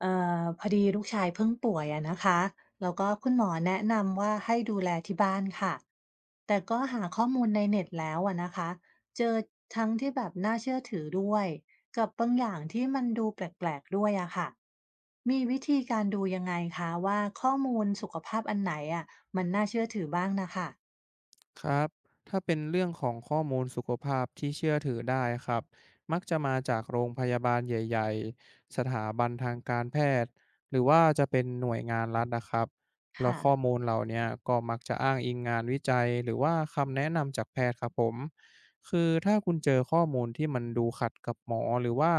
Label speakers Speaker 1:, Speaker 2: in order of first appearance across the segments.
Speaker 1: เอ่พอดีลูกชายเพิ่งป่วยอะนะคะแล้วก็คุณหมอแนะนำว่าให้ดูแลที่บ้านค่ะแต่ก็หาข้อมูลในเน็ตแล้วอะนะคะเจอทั้งที่แบบน่าเชื่อถือด้วยกับบางอย่างที่มันดูแปลกๆด้วยอะค่ะมีวิธีการดูยังไงคะว่าข้อมูลสุขภาพอันไหนอะมันน่าเชื่อถือบ้างนะคะ
Speaker 2: ครับถ้าเป็นเรื่องของข้อมูลสุขภาพที่เชื่อถือได้ครับมักจะมาจากโรงพยาบาลใหญ่ๆสถาบันทางการแพทย์หรือว่าจะเป็นหน่วยงานรัฐนะครับแล้วข้อ
Speaker 1: ค่ะ
Speaker 2: มูลเหล่าเนี้ยก็มักจะอ้างอิงงานวิจัยหรือว่าคำแนะนำจากแพทย์ครับผมคือถ้าคุณเจอข้อมูลที่มันดูขัดกับหมอหรือว่า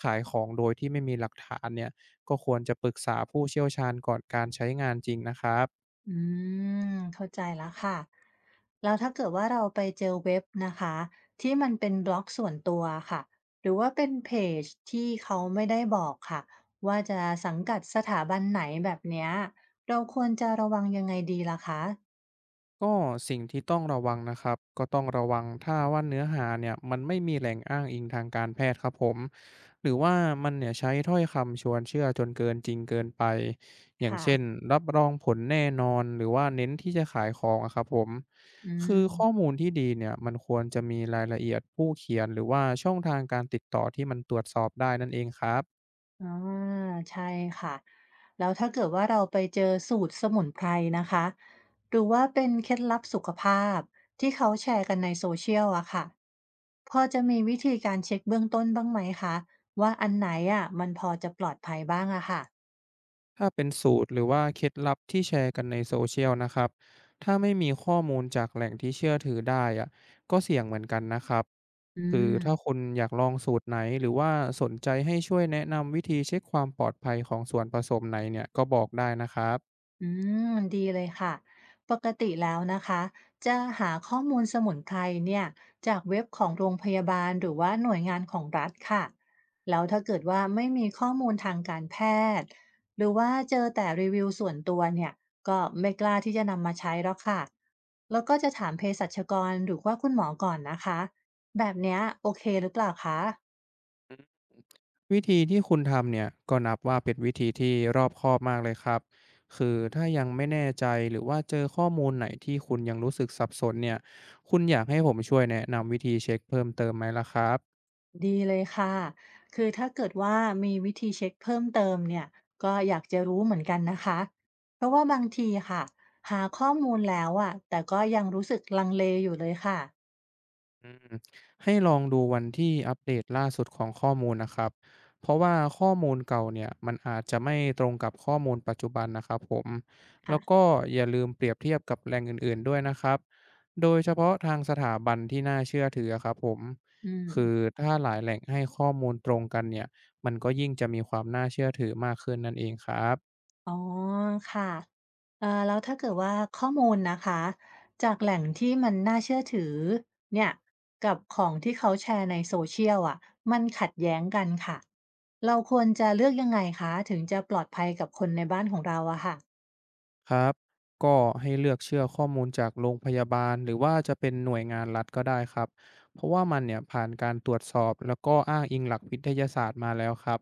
Speaker 2: ขายของโดยที่ไม่มีหลักฐานเนี่ยก็ควรจะปรึกษาผู้เชี่ยวชาญก่อนการใช้งานจริงนะครับ
Speaker 1: อืมเข้าใจแล้วค่ะแล้วถ้าเกิดว่าเราไปเจอเว็บนะคะที่มันเป็นบล็อกส่วนตัวค่ะหรือว่าเป็นเพจที่เขาไม่ได้บอกค่ะว่าจะสังกัดสถาบันไหนแบบเนี้ยเราควรจะระวังยังไงดีล่ะคะ
Speaker 2: ก็สิ่งที่ต้องระวังนะครับก็ต้องระวังถ้าว่าเนื้อหาเนี่ยมันไม่มีแหล่งอ้างอิงทางการแพทย์ครับผมหรือว่ามันเนี่ยใช้ถ้อยคำชวนเชื่อจนเกินจริงเกินไปอย่าง
Speaker 1: ค่ะ
Speaker 2: เช่นรับรองผลแน่นอนหรือว่าเน้นที่จะขายของอะครับผม
Speaker 1: อื
Speaker 2: คือข้อ
Speaker 1: ม
Speaker 2: มูลที่ดีเนี่ยมันควรจะมีรายละเอียดผู้เขียนหรือว่าช่องทางการติดต่อที่มันตรวจสอบได้นั่นเองครับ
Speaker 1: อาใช่ค่ะแล้วถ้าเกิดว่าเราไปเจอสูตรสมุนไพรนะคะหรือว่าเป็นเคล็ดลับสุขภาพที่เขาแชร์กันในโซเชียลอะค่ะพอจะมีวิธีการเช็คเบื้องต้นบ้างไหมคะว่าอันไหนอะมันพอจะปลอดภัยบ้างอะค่ะ
Speaker 2: ถ้าเป็นสูตรหรือว่าเคล็ดลับที่แชร์กันในโซเชียลนะครับถ้าไม่มีข้อมูลจากแหล่งที่เชื่อถือได้อะก็เสี่ยงเหมือนกันนะครับ
Speaker 1: อื
Speaker 2: คือถ้า
Speaker 1: ม
Speaker 2: คุณอยากลองสูตรไหนหรือว่าสนใจให้ช่วยแนะนำวิธีเช็คความปลอดภัยของส่วนผสมไหนเนี่ยก็บอกได้นะครับ
Speaker 1: อืมดีเลยค่ะปกติแล้วนะคะจะหาข้อมูลสมุนไพรเนี่ยจากเว็บของโรงพยาบาลหรือว่าหน่วยงานของรัฐค่ะแล้วถ้าเกิดว่าไม่มีข้อมูลทางการแพทย์หรือว่าเจอแต่รีวิวส่วนตัวเนี่ยก็ไม่กล้าที่จะนำมาใช้แล้วค่ะแล้วก็จะถามเภสัชกรหรือว่าคุณหมอก่อนนะคะแบบเนี้ยโอเคหรือเปล่าคะ
Speaker 2: วิธีที่คุณทำเนี่ยก็นับว่าเป็นวิธีที่รอบคอบมากเลยครับคือถ้ายังไม่แน่ใจหรือว่าเจอข้อมูลไหนที่คุณยังรู้สึกสับสนเนี่ยคุณอยากให้ผมช่วยแนะนำวิธีเช็คเพิ่มเติมไหมล่ะครับ
Speaker 1: ดีเลยค่ะคือถ้าเกิดว่ามีวิธีเช็คเพิ่มเติมเนี่ยก็อยากจะรู้เหมือนกันนะคะเพราะว่าบางทีค่ะหาข้อมูลแล้วอ่ะแต่ก็ยังรู้สึกลังเลอยู่เลยค่ะ
Speaker 2: อืมให้ลองดูวันที่อัปเดตล่าสุดของข้อมูลนะครับเพราะว่าข้อมูลเก่าเนี่ยมันอาจจะไม่ตรงกับข้อมูลปัจจุบันนะครับผม แล้ว
Speaker 1: ค่ะ
Speaker 2: ก็อย่าลืมเปรียบเทียบกับแหล่งอื่นๆด้วยนะครับ โดยเฉพาะทางสถาบันที่น่าเชื่อถือครับผม
Speaker 1: อืม
Speaker 2: คือถ้าหลายแหล่งให้ข้อมูลตรงกันเนี่ยมันก็ยิ่งจะมีความน่าเชื่อถือมากขึ้นนั่นเองครับ
Speaker 1: อ๋อค่ะแล้วถ้าเกิดว่าข้อมูลนะคะจากแหล่งที่มันน่าเชื่อถือเนี่ยกับของที่เขาแชร์ในโซเชียลอ่ะมันขัดแย้งกันค่ะเราควรจะเลือกยังไงคะถึงจะปลอดภัยกับคนในบ้านของเราอะค่ะ
Speaker 2: ครับก็ให้เลือกเชื่อข้อมูลจากโรงพยาบาลหรือว่าจะเป็นหน่วยงานรัฐก็ได้ครับเพราะว่ามันเนี่ยผ่านการตรวจสอบแล้วก็อ้างอิงหลักวิทยาศาสตร์มาแล้วครับ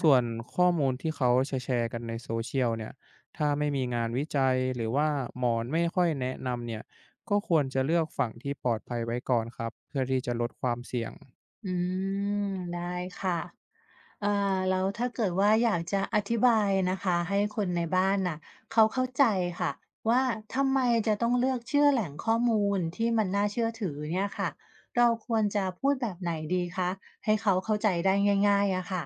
Speaker 2: ส่วนข้อมูลที่เขาแชร์ๆกันในโซเชียลเนี่ยถ้าไม่มีงานวิจัยหรือว่าหมอไม่ค่อยแนะนำเนี่ยก็ควรจะเลือกฝั่งที่ปลอดภัยไว้ก่อนครับเพื่อที่จะลดความเสี่ยง
Speaker 1: อืมได้ค่ะเอ่อแล้วถ้าเกิดว่าอยากจะอธิบายนะคะให้คนในบ้านน่ะเขาเข้าใจค่ะว่าทำไมจะต้องเลือกเชื่อแหล่งข้อมูลที่มันน่าเชื่อถือเนี่ยค่ะเราควรจะพูดแบบไหนดีคะให้เขาเข้าใจได้ง่ายๆอะค่ะ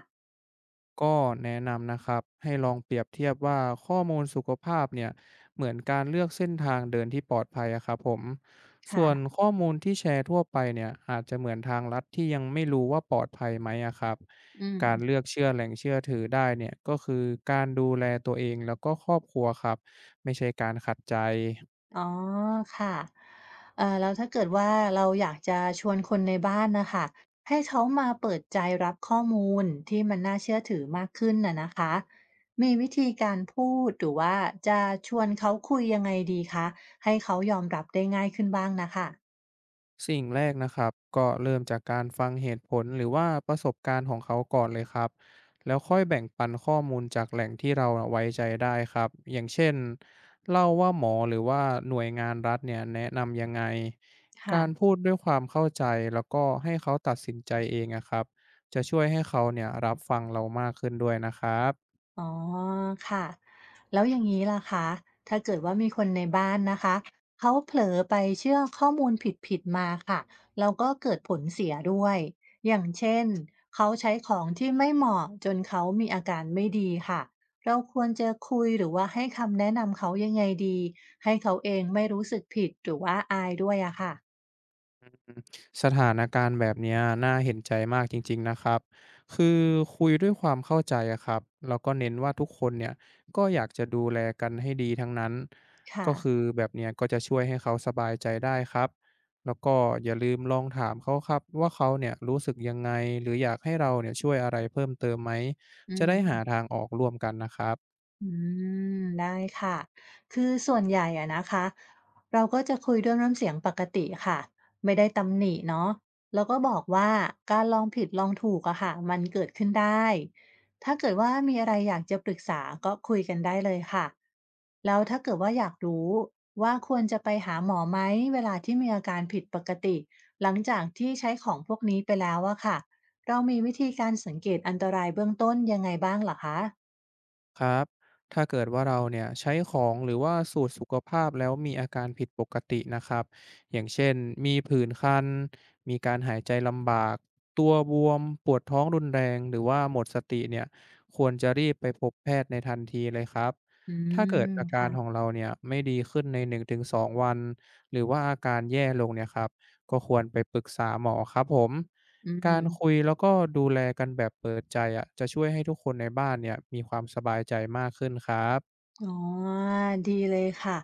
Speaker 2: ก็แนะนำนะครับให้ลองเปรียบเทียบว่าข้อมูลสุขภาพเนี่ยเหมือนการเลือกเส้นทางเดินที่ปลอดภัยอะครับผมส่
Speaker 1: ค่ะ
Speaker 2: วนข้อมูลที่แชร์ทั่วไปเนี่ยอาจจะเหมือนทางลัดที่ยังไม่รู้ว่าปลอดภัยไหมอะครับ
Speaker 1: อื
Speaker 2: การ
Speaker 1: ม
Speaker 2: เลือกเชื่อแหล่งเชื่อถือได้เนี่ยก็คือการดูแลตัวเองแล้วก็ครอบครัวครับไม่ใช่การขัดใจ
Speaker 1: อ๋อค่ะแล้วถ้าเกิดว่าเราอยากจะชวนคนในบ้านนะคะให้เขามาเปิดใจรับข้อมูลที่มันน่าเชื่อถือมากขึ้นน่ะนะคะมีวิธีการพูดหรือว่าจะชวนเขาคุยยังไงดีคะให้เขายอมรับได้ง่ายขึ้นบ้างนะค่ะ
Speaker 2: สิ่งแรกนะครับก็เริ่มจากการฟังเหตุผลหรือว่าประสบการณ์ของเขาก่อนเลยครับแล้วค่อยแบ่งปันข้อมูลจากแหล่งที่เราไว้ใจได้ครับอย่างเช่นเล่าว่าหมอหรือว่าหน่วยงานรัฐเนี่ยแนะนำยังไง
Speaker 1: ค่ะ
Speaker 2: การพูดด้วยความเข้าใจแล้วก็ให้เขาตัดสินใจเองอะครับจะช่วยให้เขาเนี่ยรับฟังเรามากขึ้นด้วยนะครับ
Speaker 1: อ๋อค่ะแล้วอย่างนี้ล่ะคะถ้าเกิดว่ามีคนในบ้านนะคะเขาเผลอไปเชื่อข้อมูลผิดๆมาค่ะแล้วก็เกิดผลเสียด้วยอย่างเช่นเขาใช้ของที่ไม่เหมาะจนเขามีอาการไม่ดีค่ะเราควรจะคุยหรือว่าให้คำแนะนำเขายังไงดีให้เขาเองไม่รู้สึกผิดหรือว่าอายด้วยอะค่ะ
Speaker 2: อืมสถานการณ์แบบเนี้ยน่าเห็นใจมากจริงๆนะครับคือคุยด้วยความเข้าใจอะครับ แล้วก็เน้นว่าทุกคนเนี่ยก็อยากจะดูแลกันให้ดีทั้งนั้น
Speaker 1: ค่ะ
Speaker 2: ก็คือแบบเนี้ยก็จะช่วยให้เขาสบายใจได้ครับ แล้วก็อย่าลืมลองถามเขาครับว่าเขาเนี่ยรู้สึกยังไง หรืออยากให้เราเนี่ยช่วยอะไรเพิ่มเติมไหม
Speaker 1: อื
Speaker 2: จะได้
Speaker 1: ม
Speaker 2: หาทางออกร่วมกันนะครับ
Speaker 1: อืมได้ค่ะคือส่วนใหญ่อะนะคะเราก็จะคุยด้วยน้ำเสียงปกติค่ะไม่ได้ตำหนิเนาะแล้วก็บอกว่าการลองผิดลองถูกอะค่ะมันเกิดขึ้นได้ถ้าเกิดว่ามีอะไรอยากจะปรึกษาก็คุยกันได้เลยค่ะแล้วถ้าเกิดว่าอยากรู้ว่าควรจะไปหาหมอไหมเวลาที่มีอาการผิดปกติหลังจากที่ใช้ของพวกนี้ไปแล้วอะค่ะเรามีวิธีการสังเกตอันตรายเบื้องต้นยังไงบ้างเหรอคะ
Speaker 2: ครับ ถ้าเกิดว่าเราเนี่ยใช้ของหรือว่าสูตรสุขภาพแล้วมีอาการผิดปกตินะครับ อย่างเช่นมีผื่นคัน มีการหายใจลำบากตัวบวมปวดท้องรุนแรงหรือว่าหมดสติเนี่ยควรจะรีบไปพบแพทย์ในทันทีเลยครับ
Speaker 1: อื
Speaker 2: ถ้าเกิด
Speaker 1: ม
Speaker 2: อาการ
Speaker 1: ค่ะ
Speaker 2: ของเราเนี่ยไม่ดีขึ้นใน1-2วัน หรือว่าอาการแย่ลงเนี่ยครับก็ควรไปปรึกษาหมอครับผม
Speaker 1: อื
Speaker 2: การ
Speaker 1: ม
Speaker 2: คุยแล้วก็ดูแลกันแบบเปิดใจอะจะช่วยให้ทุกคนในบ้านเนี่ยมีความสบายใจมากขึ้นครับ
Speaker 1: อ๋อดีเลยค่ะ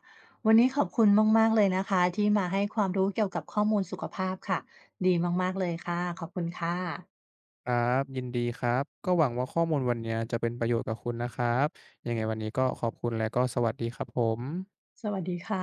Speaker 1: วันนี้ขอบคุณมากๆเลยนะคะที่มาให้ความรู้เกี่ยวกับข้อมูลสุขภาพค่ะ ดีมากๆเลยค่ะ ขอบคุณค่ะ
Speaker 2: ครับยินดีครับก็หวังว่าข้อมูลวันเนี้ยจะเป็นประโยชน์กับคุณนะครับยังไงวันนี้ก็ขอบคุณและก็สวัสดีครับผม
Speaker 1: สวัสดีค่ะ